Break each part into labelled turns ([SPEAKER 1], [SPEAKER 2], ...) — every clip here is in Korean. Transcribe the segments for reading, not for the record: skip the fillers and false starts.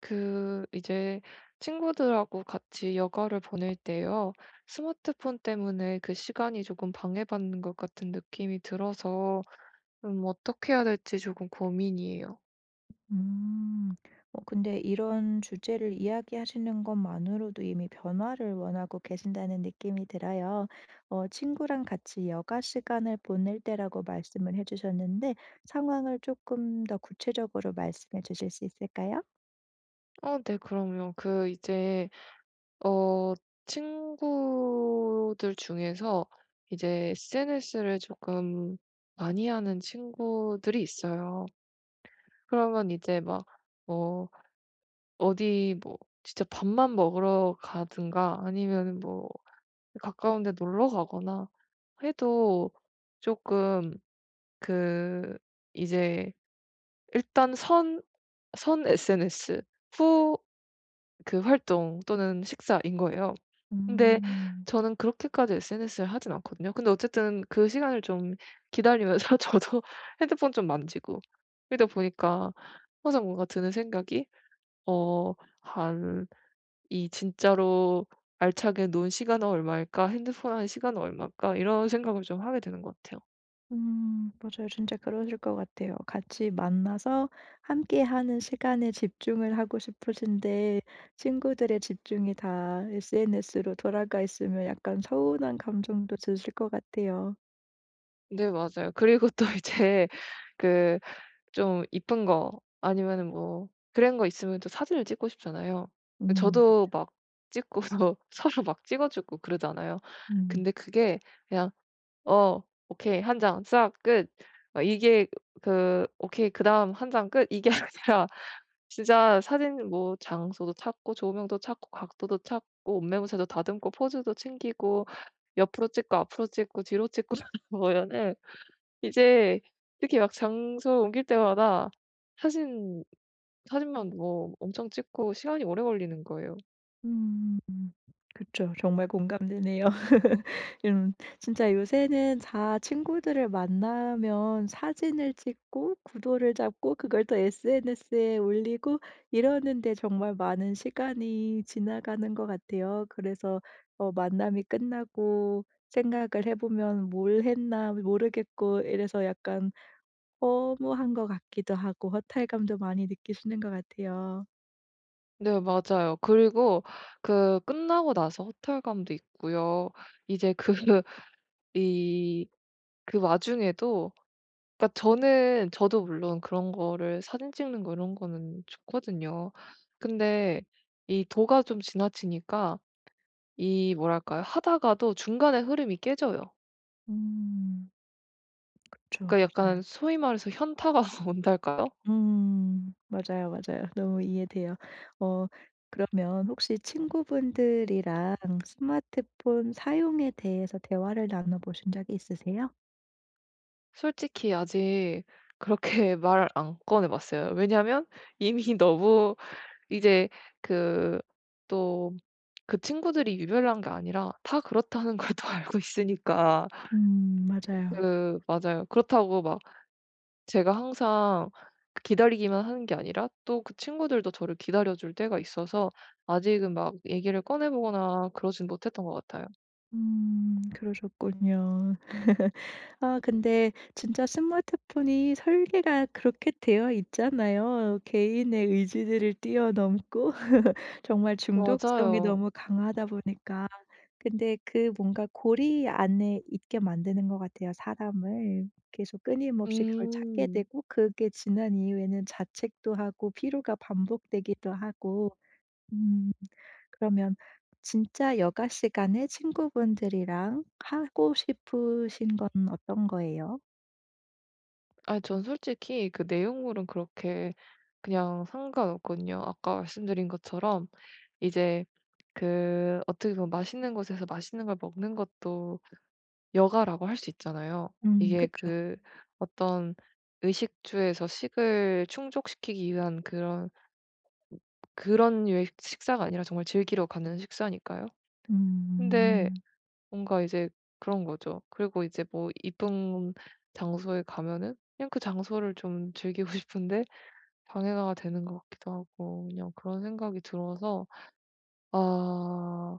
[SPEAKER 1] 그 이제 친구들하고 같이 여가를 보낼 때요. 스마트폰 때문에 그 시간이 조금 방해받는 것 같은 느낌이 들어서 어떻게 해야 될지 조금 고민이에요.
[SPEAKER 2] 음. 근데 이런 주제를 이야기하시는 것만으로도 이미 변화를 원하고 계신다는 느낌이 들어요. 친구랑 같이 여가 시간을 보낼 때라고 말씀을 해 주셨는데 상황을 조금 더 구체적으로 말씀해 주실 수 있을까요?
[SPEAKER 1] 네, 그럼요. 그 이제 어 친구들 중에서 이제 SNS를 조금 많이 하는 친구들이 있어요. 그러면 이제 막 뭐 어디 뭐 진짜 밥만 먹으러 가든가, 아니면은 뭐 가까운 데 놀러 가거나 해도, 조금 그 이제 일단 선 SNS 후 그 활동 또는 식사인 거예요. 근데
[SPEAKER 2] 음.
[SPEAKER 1] 저는 그렇게까지 SNS를 하진 않거든요. 근데 어쨌든 그 시간을 좀 기다리면서 저도 핸드폰 좀 만지고, 그러다 보니까 항상 뭔가 드는 생각이 어한 이 진짜로 알차게 논 시간은 얼마일까? 핸드폰 한 시간은 얼마일까? 이런 생각을 좀 하게 되는 것 같아요.
[SPEAKER 2] 음, 맞아요. 진짜 그러실 것 같아요. 같이 만나서 함께하는 시간에 집중을 하고 싶으신데 친구들의 집중이 다 SNS로 돌아가 있으면 약간 서운한 감정도 드실 것 같아요.
[SPEAKER 1] 네, 맞아요. 그리고 또 이제 그 좀 이쁜 거 아니면은 뭐 그런 거 있으면 또 사진을 찍고 싶잖아요.
[SPEAKER 2] 음.
[SPEAKER 1] 저도 막 찍고 서로 막 찍어 주고 그러잖아요.
[SPEAKER 2] 음.
[SPEAKER 1] 근데 그게 그냥 "어, 오케이, 한 장 싹 끝." 어 이게 그 "오케이, 그다음 한 장 끝." 이게 아니라 진짜 사진 뭐 장소도 찾고 조명도 찾고 각도도 찾고 옷매무새도 다듬고 포즈도 챙기고 옆으로 찍고 앞으로 찍고 뒤로 찍고 하 보면은 이제 특히 막 장소 옮길 때마다 사진 사진만 뭐 엄청 찍고 시간이 오래 걸리는 거예요.
[SPEAKER 2] 음. 그쵸. 정말 공감되네요. 음, 진짜 요새는 다 친구들을 만나면 사진을 찍고 구도를 잡고 그걸 또 SNS에 올리고 이러는데 정말 많은 시간이 지나가는 것 같아요. 그래서 만남이 끝나고 생각을 해 보면 '뭘 했나 모르겠고.' 이래서 약간 허무한 것 같기도 하고 허탈감도 많이 느끼시는 것 같아요.
[SPEAKER 1] 네, 맞아요. 그리고 그 끝나고 나서 허탈감도 있고요. 이제 그 이 그 와중에도, 그러니까 저는, 저도 물론 그런 거를 사진 찍는 거 이런 거는 좋거든요. 근데 이 도가 좀 지나치니까, 이 뭐랄까요? 하다가도 중간에 흐름이 깨져요.
[SPEAKER 2] 음. 그쵸.
[SPEAKER 1] 그러니까
[SPEAKER 2] 맞아요.
[SPEAKER 1] 약간 소위 말해서 현타가 온달까요?
[SPEAKER 2] 음. 맞아요, 맞아요. 너무 이해돼요. 어 그러면 혹시 친구분들이랑 스마트폰 사용에 대해서 대화를 나눠 보신 적이 있으세요?
[SPEAKER 1] 솔직히 아직 그렇게 말을 안 꺼내 봤어요. 왜냐면 이미 너무 이제 그 또 그 친구들이 유별난 게 아니라 다 그렇다는 걸 또 알고 있으니까.
[SPEAKER 2] 음, 맞아요.
[SPEAKER 1] 그 맞아요. 그렇다고 막 제가 항상 그 기다리기만 하는 게 아니라, 또 그 친구들도 저를 기다려 줄 때가 있어서 아직은 막 얘기를 꺼내 보거나 그러진 못했던 것 같아요.
[SPEAKER 2] 음, 그러셨군요. 아, 근데 진짜 스마트폰이 설계가 그렇게 되어 있잖아요. 개인의 의지들을 뛰어넘고 정말 중독성이
[SPEAKER 1] 맞아요.
[SPEAKER 2] 너무 강하다 보니까 근데 그 뭔가 고리 안에 있게 만드는 것 같아요, 사람을. 계속 끊임없이 그걸 찾게
[SPEAKER 1] 음.
[SPEAKER 2] 되고 그게 지난 이후에는 자책도 하고 피로가 반복되기도 하고 음, 그러면 진짜 여가 시간에 친구분들이랑 하고 싶으신 건 어떤 거예요?
[SPEAKER 1] 아니, 전 솔직히 그 내용물은 그렇게 그냥 상관없거든요. 아까 말씀드린 것처럼 이제 그 어떻게 보면 맛있는 곳에서 맛있는 걸 먹는 것도 여가라고 할 수 있잖아요.
[SPEAKER 2] 음,
[SPEAKER 1] 이게
[SPEAKER 2] 그쵸.
[SPEAKER 1] 그 어떤 의식주에서 식을 충족시키기 위한 그런 유의 식사가 아니라 정말 즐기러 가는 식사니까요. 근데
[SPEAKER 2] 음.
[SPEAKER 1] 뭔가 이제 그런 거죠. 그리고 이제 뭐 이쁜 장소에 가면은 그냥 그 장소를 좀 즐기고 싶은데 방해가 되는 것 같기도 하고, 그냥 그런 생각이 들어서 아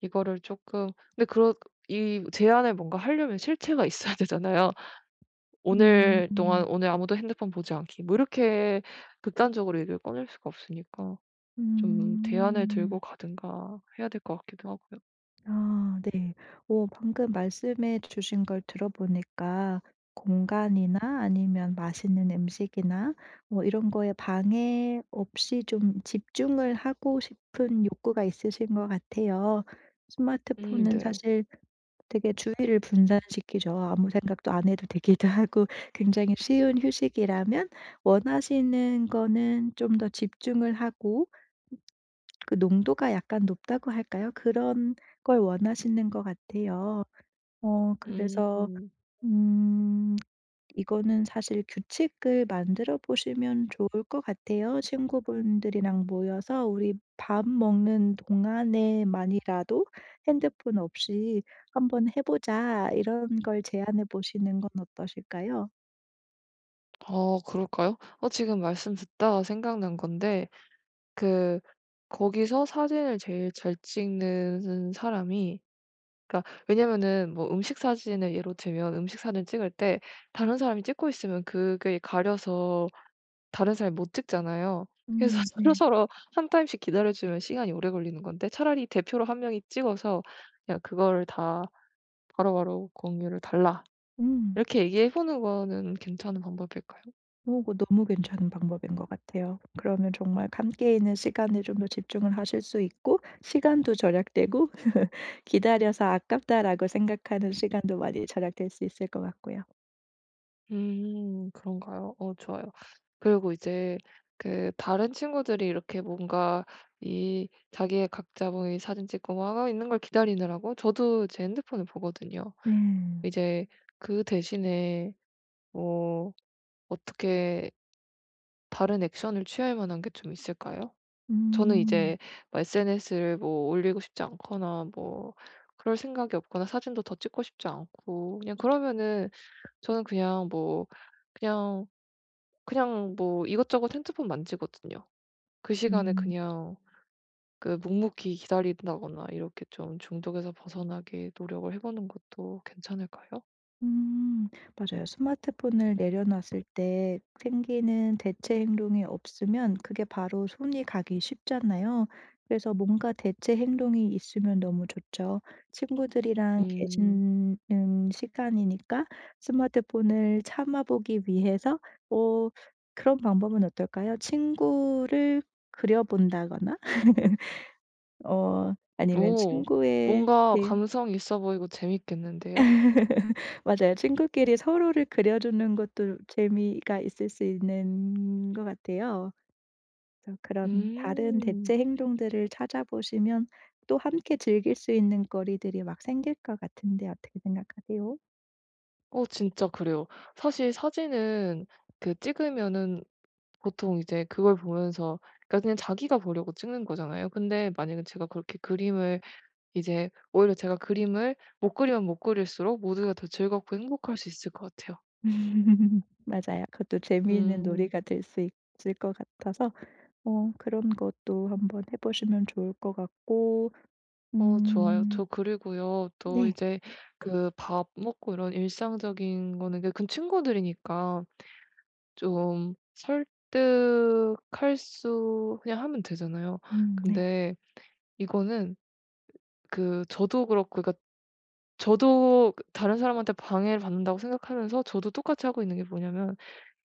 [SPEAKER 1] 이거를 조금. 근데 그런 이 제안을 뭔가 하려면 실체가 있어야 되잖아요.
[SPEAKER 2] 음.
[SPEAKER 1] "오늘 동안
[SPEAKER 2] 음.
[SPEAKER 1] 오늘 아무도 핸드폰 보지 않기." 뭐 이렇게 극단적으로 얘기를 꺼낼 수가 없으니까. 좀 대안을 들고
[SPEAKER 2] 음.
[SPEAKER 1] 가든가 해야 될 것 같기도 하고요.
[SPEAKER 2] 아, 네. 오, 방금 말씀해 주신 걸 들어보니까 공간이나 아니면 맛있는 음식이나 뭐 이런 거에 방해 없이 좀 집중을 하고 싶은 욕구가 있으신 것 같아요.
[SPEAKER 1] 음,
[SPEAKER 2] 스마트폰은
[SPEAKER 1] 네.
[SPEAKER 2] 사실 되게 주의를 분산시키죠. 아무 생각도 안 해도 되기도 하고 굉장히 쉬운 휴식이라면 원하시는 거는 좀 더 집중을 하고 그 농도가 약간 높다고 할까요? 그런 걸 원하시는 것 같아요. 어 그래서
[SPEAKER 1] 음.
[SPEAKER 2] 음, 이거는 사실 규칙을 만들어 보시면 좋을 것 같아요. 친구분들이랑 모여서 우리 밥 먹는 동안에만이라도 핸드폰 없이 "한번 해 보자." 이런 걸 제안해 보시는 건 어떠실까요?
[SPEAKER 1] 아, 그럴까요? 어 지금 말씀 듣다가 생각난 건데, 그 거기서 사진을 제일 잘 찍는 사람이, 그러니까 왜냐면은 뭐 음식 사진을 예로 들면 음식 사진 찍을 때 다른 사람이 찍고 있으면 그게 가려서 다른 사람이 못 찍잖아요. 그래서
[SPEAKER 2] 음, 네.
[SPEAKER 1] 서로서로 한 타임씩 기다려 주면 시간이 오래 걸리는 건데, 차라리 대표로 한 명이 찍어서 그냥 그거를 다 바로바로 공유를 달라."
[SPEAKER 2] 음.
[SPEAKER 1] 이렇게 얘기해 보는 거는 괜찮은 방법일까요?
[SPEAKER 2] 그거 너무 괜찮은 방법인 것 같아요. 그러면 정말 함께 있는 시간에 좀 더 집중을 하실 수 있고 시간도 절약되고 '기다려서 아깝다.'라고 생각하는 시간도 많이 절약될 수 있을 것 같고요.
[SPEAKER 1] 음, 그런가요? 어, 좋아요. 그리고 이제 그 다른 친구들이 이렇게 뭔가 이 자기의 각자 뭐 이 사진 찍고 뭐 하고 있는 걸 기다리느라고 저도 제 핸드폰을 보거든요.
[SPEAKER 2] 네.
[SPEAKER 1] 이제 그 대신에 뭐 어떻게 다른 액션을 취할 만한 게 좀 있을까요? 저는
[SPEAKER 2] 음.
[SPEAKER 1] 이제 뭐 SNS를 뭐 올리고 싶지 않거나 뭐 그럴 생각이 없거나 사진도 더 찍고 싶지 않고 그냥 그러면은, 저는 그냥 뭐 그냥 그냥 뭐 이것저것 핸드폰 만지거든요. 그 시간에
[SPEAKER 2] 음.
[SPEAKER 1] 그냥 그 묵묵히 기다린다거나 이렇게 좀 중독에서 벗어나게 노력을 해보는 것도 괜찮을까요?
[SPEAKER 2] 음, 맞아요. 스마트폰을 내려놨을 때 생기는 대체 행동이 없으면 그게 바로 손이 가기 쉽잖아요. 그래서 뭔가 대체 행동이 있으면 너무 좋죠. 친구들이랑
[SPEAKER 1] 음,
[SPEAKER 2] 계시는 시간이니까 스마트폰을 참아보기 위해서 어 그런 방법은 어떨까요? 친구를 그려본다거나 어 아니면 친
[SPEAKER 1] 오,
[SPEAKER 2] 구의
[SPEAKER 1] 뭔가 감성 있어 보이고 재밌겠는데요?
[SPEAKER 2] 맞아요. 친구끼리 서로를 그려주는 것도 재미가 있을 수 있는 것 같아요. 그래서 그런 다른
[SPEAKER 1] 음.
[SPEAKER 2] 대체 행동들을 찾아보시면 또 함께 즐길 수 있는 거리들이 막 생길 것 같은데 어떻게 생각하세요?
[SPEAKER 1] 어, 진짜 그래요. 사실 사진은 그 찍으면은 보통 이제 그걸 보면서, 그러니까 그냥 자기가 보려고 찍는 거잖아요. 근데 만약에 제가 그렇게 그림을 이제 오히려 제가 그림을 못 그리면 못 그릴수록 모두가 더 즐겁고 행복할 수 있을 것 같아요.
[SPEAKER 2] 맞아요. 그것도 재미있는
[SPEAKER 1] 음.
[SPEAKER 2] 놀이가 될 수 있을 것 같아서 그런 것도 한번 해 보시면 좋을 것 같고
[SPEAKER 1] 어, 좋아요. 저
[SPEAKER 2] 음,
[SPEAKER 1] 그리고요. 또
[SPEAKER 2] 네.
[SPEAKER 1] 이제 그 밥 먹고 이런 일상적인 거는 이그 친구들이니까 좀 설득할 수 그냥 하면 되잖아요.
[SPEAKER 2] 음, 네.
[SPEAKER 1] 근데 이거는 그 저도 그렇고, 그러니까 저도 그 다른 사람한테 방해를 받는다고 생각하면서 저도 똑같이 하고 있는 게 뭐냐면,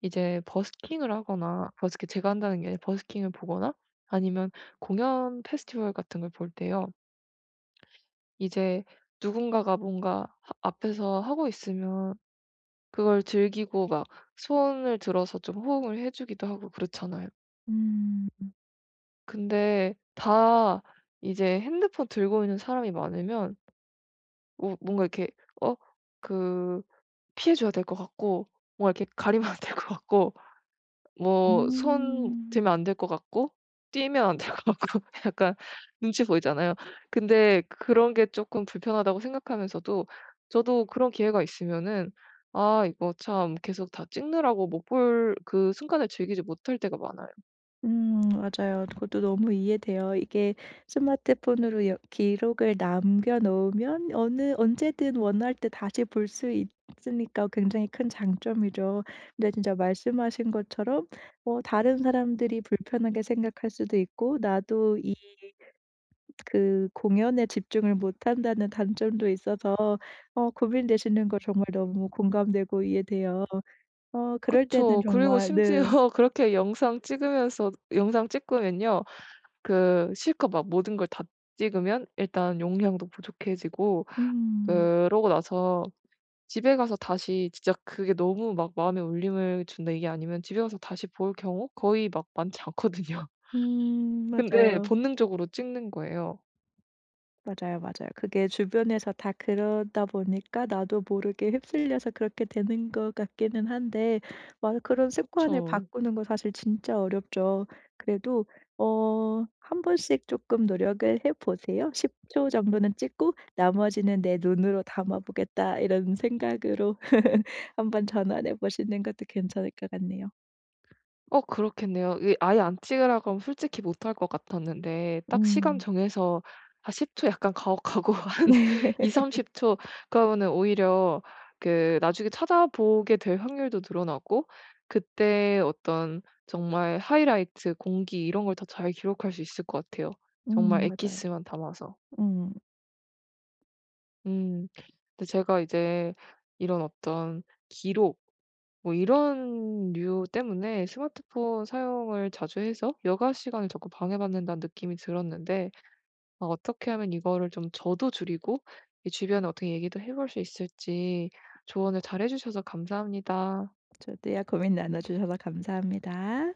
[SPEAKER 1] 이제 버스킹을 하거나, 버스킹 제가 한다는 게 아니라 버스킹을 보거나, 아니면 공연 페스티벌 같은 걸 볼 때요. 이제 누군가가 뭔가 하 앞에서 하고 있으면 그걸 즐기고 막 손을 들어서 좀 호응을 해 주기도 하고 그렇잖아요.
[SPEAKER 2] 음.
[SPEAKER 1] 근데 다 이제 핸드폰 들고 있는 사람이 많으면 뭐 뭔가 이렇게 어그 피해 줘야 될 것 같고, 뭔가 이렇게 가리면 안 될 것 같고, 뭐 손
[SPEAKER 2] 음.
[SPEAKER 1] 들면 안 될 것 같고, 뛰면 안 될 것 같고, 약간 눈치 보이잖아요. 근데 그런 게 조금 불편하다고 생각하면서도, 저도 그런 기회가 있으면은 '아 이거 참 계속 다 찍느라고 못 볼 그 순간을 즐기지 못할 때가 많아요.'
[SPEAKER 2] 음, 맞아요. 그것도 너무 이해돼요. 이게 스마트폰으로 여 기록을 남겨 놓으면 어느 언제든 원할 때 다시 볼 수 있으니까 굉장히 큰 장점이죠. 근데 진짜 말씀하신 것처럼 다른 사람들이 불편하게 생각할 수도 있고 나도 이 그 공연에 집중을 못한다는 단점도 있어서 고민되시는 거 정말 너무 공감되고 이해돼요. 어 그럴 때는
[SPEAKER 1] 그쵸. 그리고
[SPEAKER 2] 정말
[SPEAKER 1] 심지어
[SPEAKER 2] 네.
[SPEAKER 1] 그렇게 영상 찍으면서, 영상 찍으면요. 그 실컷 막 모든 걸 다 찍으면 일단 용량도 부족해지고,
[SPEAKER 2] 음.
[SPEAKER 1] 그러고 나서 집에 가서 다시, 진짜 그게 너무 막 마음에 울림을 준다 이게 아니면 집에 가서 다시 볼 경우 거의 막 많지 않거든요.
[SPEAKER 2] 음,
[SPEAKER 1] 근데
[SPEAKER 2] 맞아요.
[SPEAKER 1] 본능적으로 찍는 거예요.
[SPEAKER 2] 맞아요, 맞아요. 그게 주변에서 다 그러다 보니까 나도 모르게 휩쓸려서 그렇게 되는 것 같기는 한데 맞아 그런 습관을
[SPEAKER 1] 그쵸.
[SPEAKER 2] 바꾸는 거 사실 진짜 어렵죠. 그래도 한 번씩 조금 노력을 해 보세요. '10초 초 정도는 찍고 나머지는 내 눈으로 담아 보겠다.' 이런 생각으로 한번 전환해 보시는 것도 괜찮을 것 같네요.
[SPEAKER 1] 어, 그렇겠네요. 이 아예 안 찍으라 그러면 솔직히 못할 것 같았는데, 딱 시간
[SPEAKER 2] 음.
[SPEAKER 1] 정해서 한 10초, 약간 가혹하고 한
[SPEAKER 2] 네.
[SPEAKER 1] 2삼3 0초, 그러면은 오히려 그 나중에 찾아보게 될 확률도 늘어나고 그때 어떤 정말 하이라이트, 공기 이런 걸 더 잘 기록할 수 있을 것 같아요, 정말
[SPEAKER 2] 음, 맞아요.
[SPEAKER 1] 엑기스만 담아서.
[SPEAKER 2] 음.
[SPEAKER 1] 음. 근데 제가 이제 이런 어떤 기록 뭐 이런 이유 때문에 스마트폰 사용을 자주 해서 여가 시간을 자꾸 방해받는다는 느낌이 들었는데, 아 어떻게 하면 이거를 좀 저도 줄이고 이 주변에 어떻게 얘기도 해볼 수 있을지 조언을 잘해 주셔서 감사합니다.
[SPEAKER 2] 저도요. 고민 나눠 주셔서 감사합니다.